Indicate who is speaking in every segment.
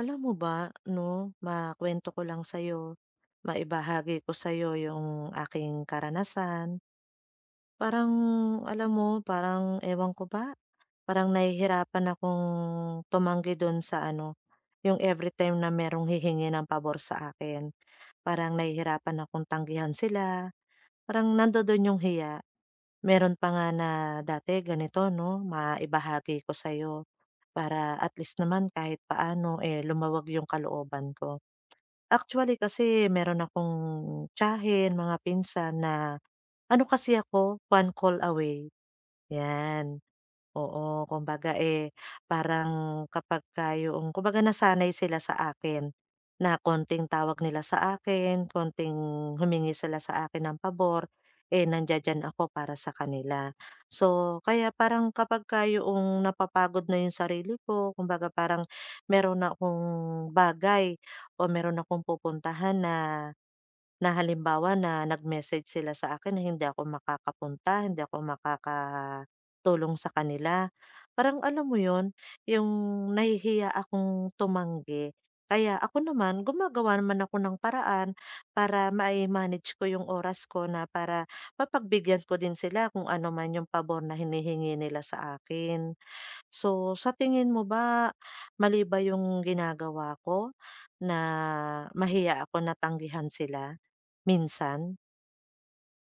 Speaker 1: Alam mo ba 'no, makwento ko lang sa'yo, maibahagi ko sa'yo yung aking karanasan. Parang alam mo, parang ewan ko ba, parang nahihirapan akong tumanggi dun sa ano, yung every time na merong hihingi ng pabor sa akin, parang nahihirapan akong tanggihan sila, parang nandodun yung hiya. Meron pa nga na dati ganito 'no, maibahagi ko sa'yo para at least naman kahit paano, eh, lumawag yung kalooban ko. Actually kasi meron akong tiyahin, mga pinsan na ano kasi ako, one call away, 'yan. Oo, kumbaga, eh, parang kapagka yoong kumbaga nasanay sila sa akin, na konting tawag nila sa akin, konting humingi sila sa akin ng pabor, eh, nandiya ako para sa kanila. So, kaya parang kapagka yoong napapagod na yung sarili ko, kumbaga parang meron na akong bagay o meron akong pupuntahan na na halimbawa na nag-message sila sa akin na hindi ako makakapunta, hindi ako makakatulong sa kanila. Parang alam mo 'yun, yung nahihiya akong tumanggi. Kaya ako naman gumagawa naman ako ng paraan para mai-manage ko yung oras ko na para mapagbigyan ko din sila kung ano man yung pabor na hinihingi nila sa akin. So, sa tingin mo ba mali ba yung ginagawa ko na mahiya ako na tanggihan sila minsan?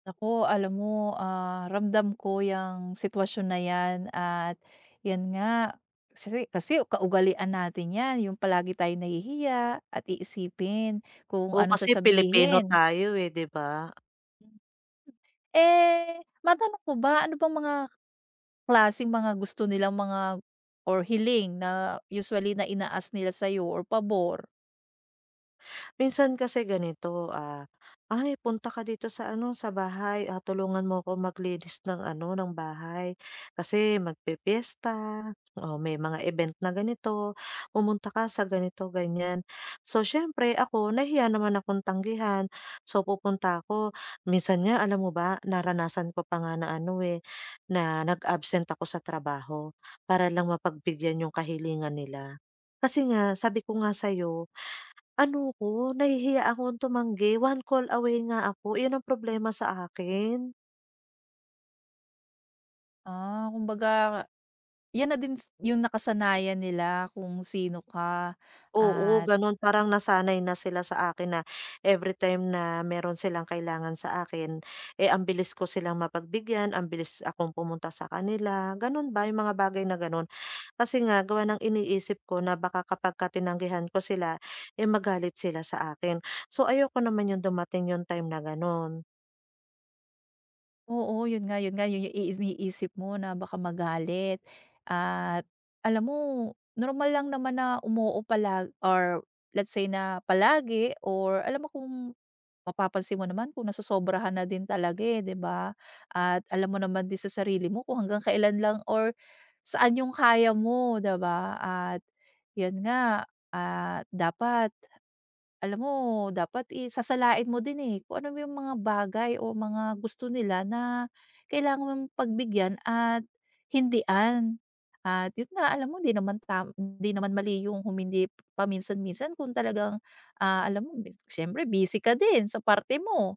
Speaker 2: Ako, alam mo, ramdam ko yung sitwasyon na 'yan at 'yan nga, kasi kasi kaugalian natin 'yan, yung palagi tayong nahihiya at iisipin kung
Speaker 1: Oo,
Speaker 2: anong
Speaker 1: kasi Pilipino
Speaker 2: sasabihin.
Speaker 1: tayo, eh, 'di ba?
Speaker 2: Eh, matanong ko ba, ano bang mga klaseng mga gusto nilang mga or hiling na usually na inaas nila sa'yo or pabor?
Speaker 1: Minsan kasi ganito, ah, "Ay punta ka dito sa ano, sa bahay, ah, tulungan mo ako maglinis ng ano, ng bahay kasi magpipiyesta, o may mga event na ganito, pumunta ka sa ganito, ganyan." So, siyempre ako nahiya naman akong tanggihan, so pupunta ako. Minsan nga alam mo ba naranasan ko pa nga na ano, eh, na nag-absent ako sa trabaho para lang mapagbigyan yung kahilingan nila. Kasi nga sabi ko nga sa'yo ano ko, nahihiya akong tumanggi, one call away nga ako, iyon ang problema sa akin.
Speaker 2: Ah, kumbaga 'yan na din yung nakasanayan nila kung sino ka
Speaker 1: Oo,
Speaker 2: at
Speaker 1: gano'n, parang nasanay na sila sa akin na every time na meron silang kailangan sa akin, eh, ang bilis ko silang mapagbigyan, ang bilis akong pumunta sa kanila, gano'n ba yung mga bagay na gano'n. Kasi nga gawa ng iniisip ko na baka kapagka tinanggihan ko sila, eh, magalit sila sa akin. So, ayoko naman yung dumating yung time na gano'n.
Speaker 2: oo, yun nga, yun nga, yun yung iniisip mo na baka magalit at alam mo normal lang naman na umuo pala or let's say na palagi or alam mo kung mapapansin mo naman kung nasosobrahan na din talaga, eh, 'di ba? At alam mo naman din sa sarili mo kung hanggang kailan lang or saan yung kaya mo, 'di ba? At yun nga, at dapat alam mo dapat, eh, sasalain mo din, eh, kung ano yung mga bagay o mga gusto nila na kailangan mong pagbigyan at hindian. At yun nga, alam mo hindi naman di naman mali yung humindi paminsan-minsan kung talagang, alam mo siyempre busy ka din sa parte mo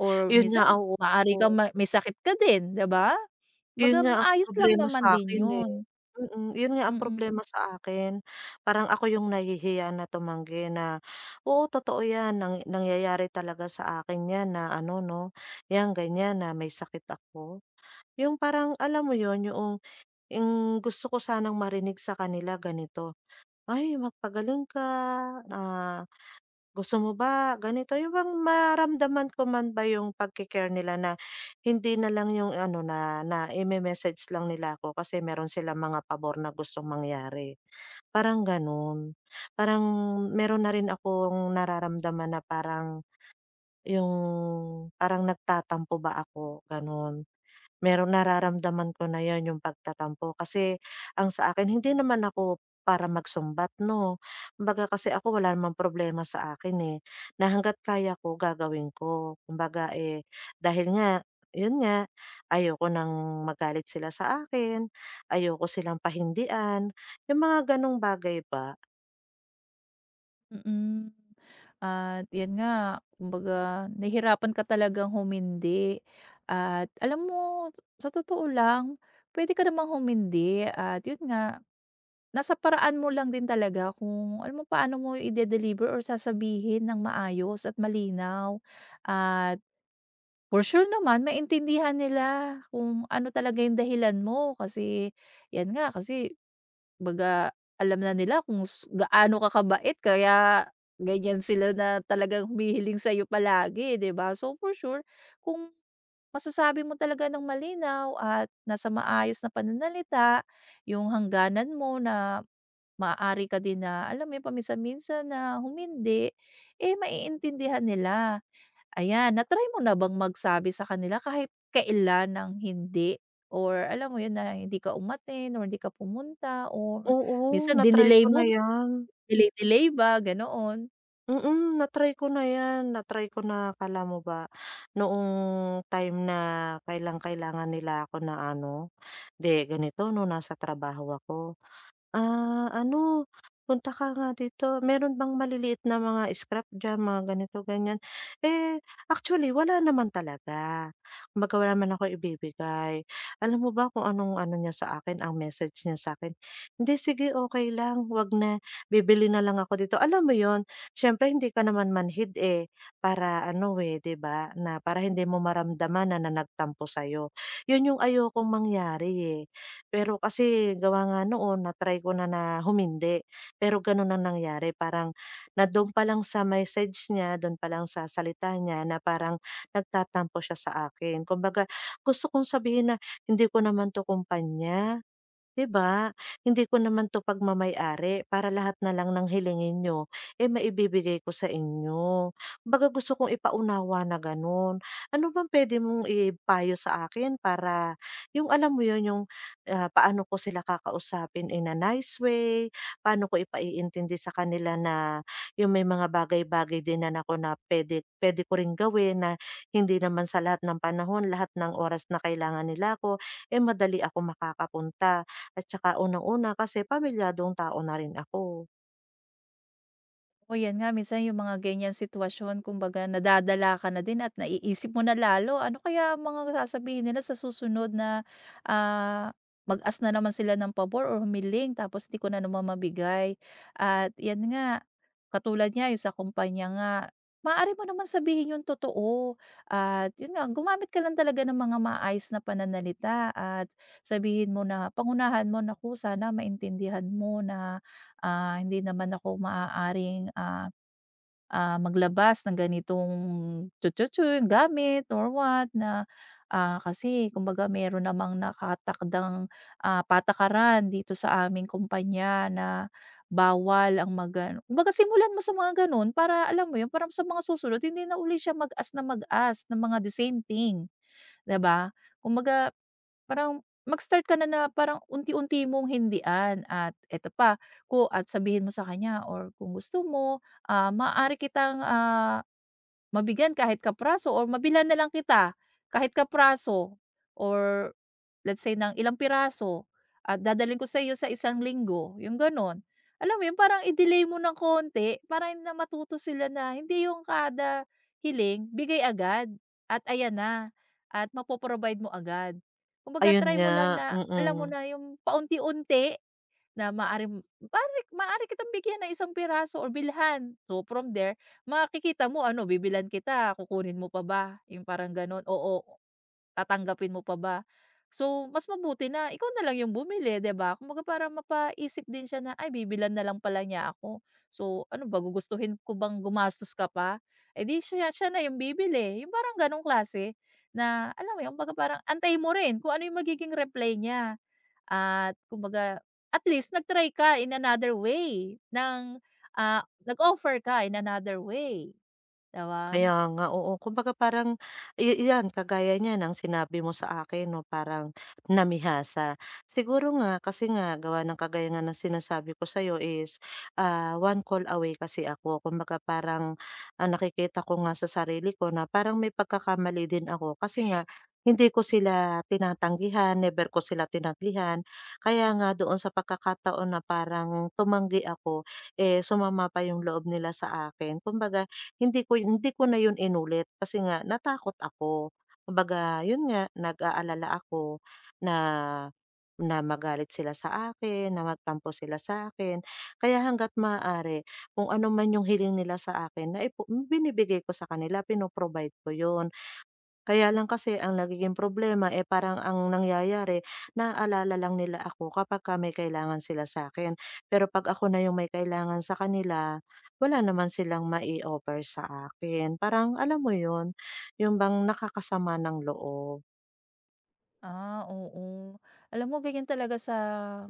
Speaker 2: or
Speaker 1: Yun nga,
Speaker 2: minsan
Speaker 1: oo.
Speaker 2: maaari kang may sakit ka din, 'di ba?
Speaker 1: Yun
Speaker 2: Kumbaga
Speaker 1: nga ang
Speaker 2: maayos lang
Speaker 1: problema
Speaker 2: naman din
Speaker 1: sa'kin, eh.
Speaker 2: yun.
Speaker 1: Mm, yun nga ang
Speaker 2: Mm,
Speaker 1: problema sa akin. Parang ako yung nahihiya na tumanggi na, oo, totoo yan nang nangyayari talaga sa akin yan na ano 'no, yan ganyan na may sakit ako. Yung parang alam mo yun, yoong yung gusto ko sanang marinig sa kanila ganito, "Ay magpagaling ka, ah." Gusto mo ba ganito, yung bang maramdaman ko man ba yung pagke nila na hindi na lang yung ano na na naime-message lang nila ako kasi meron silang mga pabor na gustong mangyari, parang gano'n. Parang meron na rin akong nararamdaman na parang yung parang nagtatampo ba ako, gano'n, meron nararamdaman ko na yon yung pagtatampo. Kasi ang sa akin hindi naman ako para magsumbat 'no. Kumbaga kasi ako wala namang problema sa akin, eh, na hangga't kaya ko gagawin ko. Kumbaga, eh, dahil nga yun nga, ayoko ng magalit sila sa akin, ayoko silang pahindian, yung mga ganong bagay ba.
Speaker 2: mm. Mm. At 'yan nga, kumbaga nahihirapan ka talagang humindi at alam mo sa totoo lang, puwede ka namang humindi at 'yun nga, nasa paraan mo lang din talaga kung alam mo paano mo ide-deliver or sasabihin ng maayos at malinaw. At for sure naman maintindihan nila kung ano talaga 'yung dahilan mo kasi 'yan nga, kasi baga alam na nila kung gaano ka kabait kaya ganyan sila na talagang humihiling sa'yo palagi, 'di ba? So, for sure kung masasabi mo talaga ng malinaw at nasa maayos na pananalita yung hangganan mo na maaari ka din na alam mo yun paminsan-minsan na humindi, eh, maiintindihan nila. Ayan, na-try mo na bang magsabi sa kanila kahit kailan ng hindi or alam mo yun na hindi ka umaten or hindi ka pumunta or
Speaker 1: Oo,
Speaker 2: minsan
Speaker 1: natry
Speaker 2: dinelay
Speaker 1: ko na
Speaker 2: mo,
Speaker 1: yan.
Speaker 2: delay-delay ba, ganoon?
Speaker 1: Mm, na-try ko na 'yan, na-try ko na akala mo ba noong time na kailang kailangan nila ako na ano, de ganito 'no, nasa trabaho ako." Ah, ano, punta ka nga dito, meron bang maliliit na mga scrap diyan, mga ganito, ganyan? Eh, actually wala naman talaga. Kumbaga wala naman ako ibibigay. Alam mo ba kung anong ano niya sa akin, ang message niya sa akin, "Hindi, sige okay lang, 'wag na, bibili na lang ako dito." Alam mo yon, siyempre hindi ka naman manhid, eh, para ano, eh, 'di ba, na para hindi mo maramdaman na nanagtampo sa'yo. 'Yun yung ayokong mangyari, eh. Pero kasi gawa nga noon na-try ko na na humindi, pero gano'n ang nangyari, parang na do'n pa lang sa message niya, do'n pa lang sa salita niya na parang nagtatampo siya sa akin. Kumbaga gusto kong sabihin na, "Hindi ko naman 'to kumpanya. 'Di ba? Hindi ko naman 'to pagmamay-ari para lahat na lang ng hilingin niyo, eh, maibibigay ko sa inyo." Kumbaga gusto kong ipaunawa na gano'n. Ano bang puwede mong ipayo sa akin para yung alam mo 'yun, yung, ah, paano ko sila kakausapin in a nice way, paano ko ipaiintindi sa kanila na yung may mga bagay-bagay din na ako na puwede puwede ko ring gawin na hindi naman sa lahat ng panahon, lahat ng oras na kailangan nila ako, eh, madali ako makakapunta. At saka unang-una kasi pamilyadong tao na rin ako.
Speaker 2: Oo, yan nga minsan yung mga ganyang sitwasyon kumbaga nadadala ka na din at naiisip mo na lalo ano kaya ang mga sasabihin nila sa susunod na, ah, mag-ask na naman sila ng pabor or humiling tapos 'di ko na naman mabigay. At yan nga, katulad niya yung sa kumpanya nga, maaari mo naman sabihin yung totoo at yun nga gumamit ka lang talaga ng mga maayos na pananalita at sabihin mo na pangunahan mo, "Naku, sana maintindihan mo na hindi naman ako maaaring, maglabas ng ganitong chu chu gamit or what na, kasi kumbaga meron namang nakatakdang, patakaran dito sa aming kumpanya na bawal ang mag ano kumbaga simulan mo sa mga gano'n para alam mo 'yun, para sa mga susunod hindi na uli siya mag-as ng mga the same thing, 'di ba? Kumbaga parang mag-start ka na na parang unti-unti mong hindian at eto pa, at sabihin mo sa kanya or kung gusto mo, maaari kitang, mabigyan kahit kapraso or mabilan na lang kita kahit kapraso or let's say ng ilang piraso at dadalhin ko sa'yo sa isang linggo, yung gano'n. Alam mo yun, parang i-delay mo ng konti para na matuto sila na hindi yung kada hiling bigay agad at ayan na at mapoprovide mo agad. Kumbaga
Speaker 1: Ayun
Speaker 2: try mo
Speaker 1: nga,
Speaker 2: lang na alam mo
Speaker 1: mm.
Speaker 2: na yung paunti-unti. Na maaari kitang bigyan ng isang piraso or bilhan. So, from there, makikita mo ano, bibilan kita, kukunin mo pa ba? Yung parang gano'n. Oo, tatanggapin mo pa ba? So, mas mabuti na ikaw na lang yung bumili, 'di ba? Kumbaga para mapaisip din siya na, "Ay, bibilan na lang pala niya ako. So, ano ba, gugustuhin ko bang gumastos ka pa?" Eh, di siya siya na yung bibili. Yung parang gano'ng klase na alam mo yung kumbaga parang antayin mo rin kung ano yung magiging reply niya. At kumbaga, at least nag-try ka in another way ng, nag-offer ka in another way, 'di
Speaker 1: Kaya nga, oo. Kumbaga parang iyan kagaya niyan ang sinabi mo sa akin 'no, parang namihasa. Siguro nga kasi nga gawa ng kagaya nga ng sinasabi ko sa'yo is, ah, one call away kasi ako. Kumbaga parang, ah, nakikita ko nga sa sarili ko na parang may pagkakamali din ako kasi nga hindi ko sila tinatanggihan, never ko sila tinanggihan. Kaya nga doon sa pagkakataon na parang tumanggi ako, eh, sumama pa yung loob nila sa akin. Kumbaga hindi ko na yun inulit kasi nga natakot ako. Kumbaga yun nga, nag-aalala ako na na magalit sila sa akin, na magtampo sila sa akin. Kaya hangga't maaari kung ano man yung hiling nila sa akin na binibigay ko sa kanila, pino ko yun. Kaya lang kasi ang nagiging problema, eh, parang ang nangyayari, naaalala lang nila ako kapagka may kailangan sila sa akin. Pero 'pag ako na yung may kailangan sa kanila, wala naman silang mai-offer sa akin. Parang alam mo yun, yung bang nakakasama ng loob.
Speaker 2: Ah, oo. Alam mo ganyan talaga sa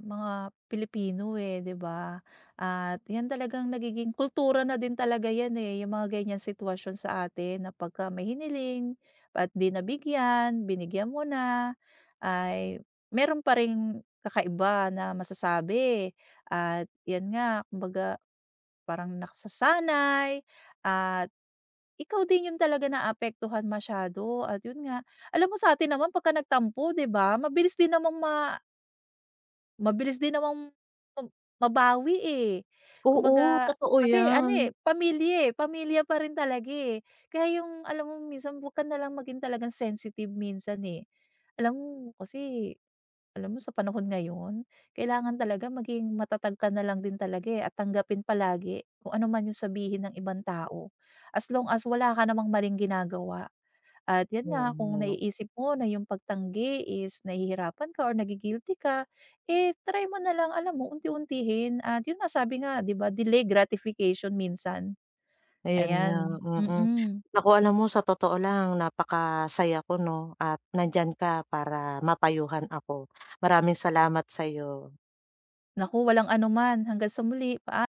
Speaker 2: mga Pilipino, eh, 'di ba? At yan talagang nagiging kultura na din talaga yan, eh, yung mga ganyang sitwasyon sa atin na pagka may hiniling at 'di nabigyan, binigyan mo na, ay meron pa ring kakaiba na masasabi at yan nga kumbaga parang nasasanay at ikaw din yung talaga naapektuhan masyado at yun nga, alam mo sa atin naman pagka nagtampo 'di ba, mabilis din namang mab mabawi, eh.
Speaker 1: Oo,
Speaker 2: Kumbaga
Speaker 1: totoo
Speaker 2: kasi ano,
Speaker 1: yan.
Speaker 2: eh, pamilya pa rin talaga, eh. Kaya yung alam mo minsan 'wag ka na lang maging talagang sensitive minsan, eh. Alam mo kasi alam mo sa panahon ngayon, kailangan talaga maging matatag ka na lang din talaga, eh, at tanggapin palagi kung ano man yung sabihin ng ibang tao. As long as wala ka namang maling ginagawa at 'yan nga, kung
Speaker 1: Oo,
Speaker 2: naiisip mo na yung pagtanggi is nahihirapan ka or nagi-guilty ka, eh, try mo na lang alam mo unti-untihin at yun nga sabi nga 'di ba, delay gratification minsan.
Speaker 1: ayun nga,
Speaker 2: Ayan,
Speaker 1: mm.
Speaker 2: mm.
Speaker 1: Ako alam mo sa totoo lang napakasaya ko 'no at nandiyan ka para mapayuhan ako. Maraming salamat sa'yo.
Speaker 2: Naku, walang anuman. Hanggang sa muli, paa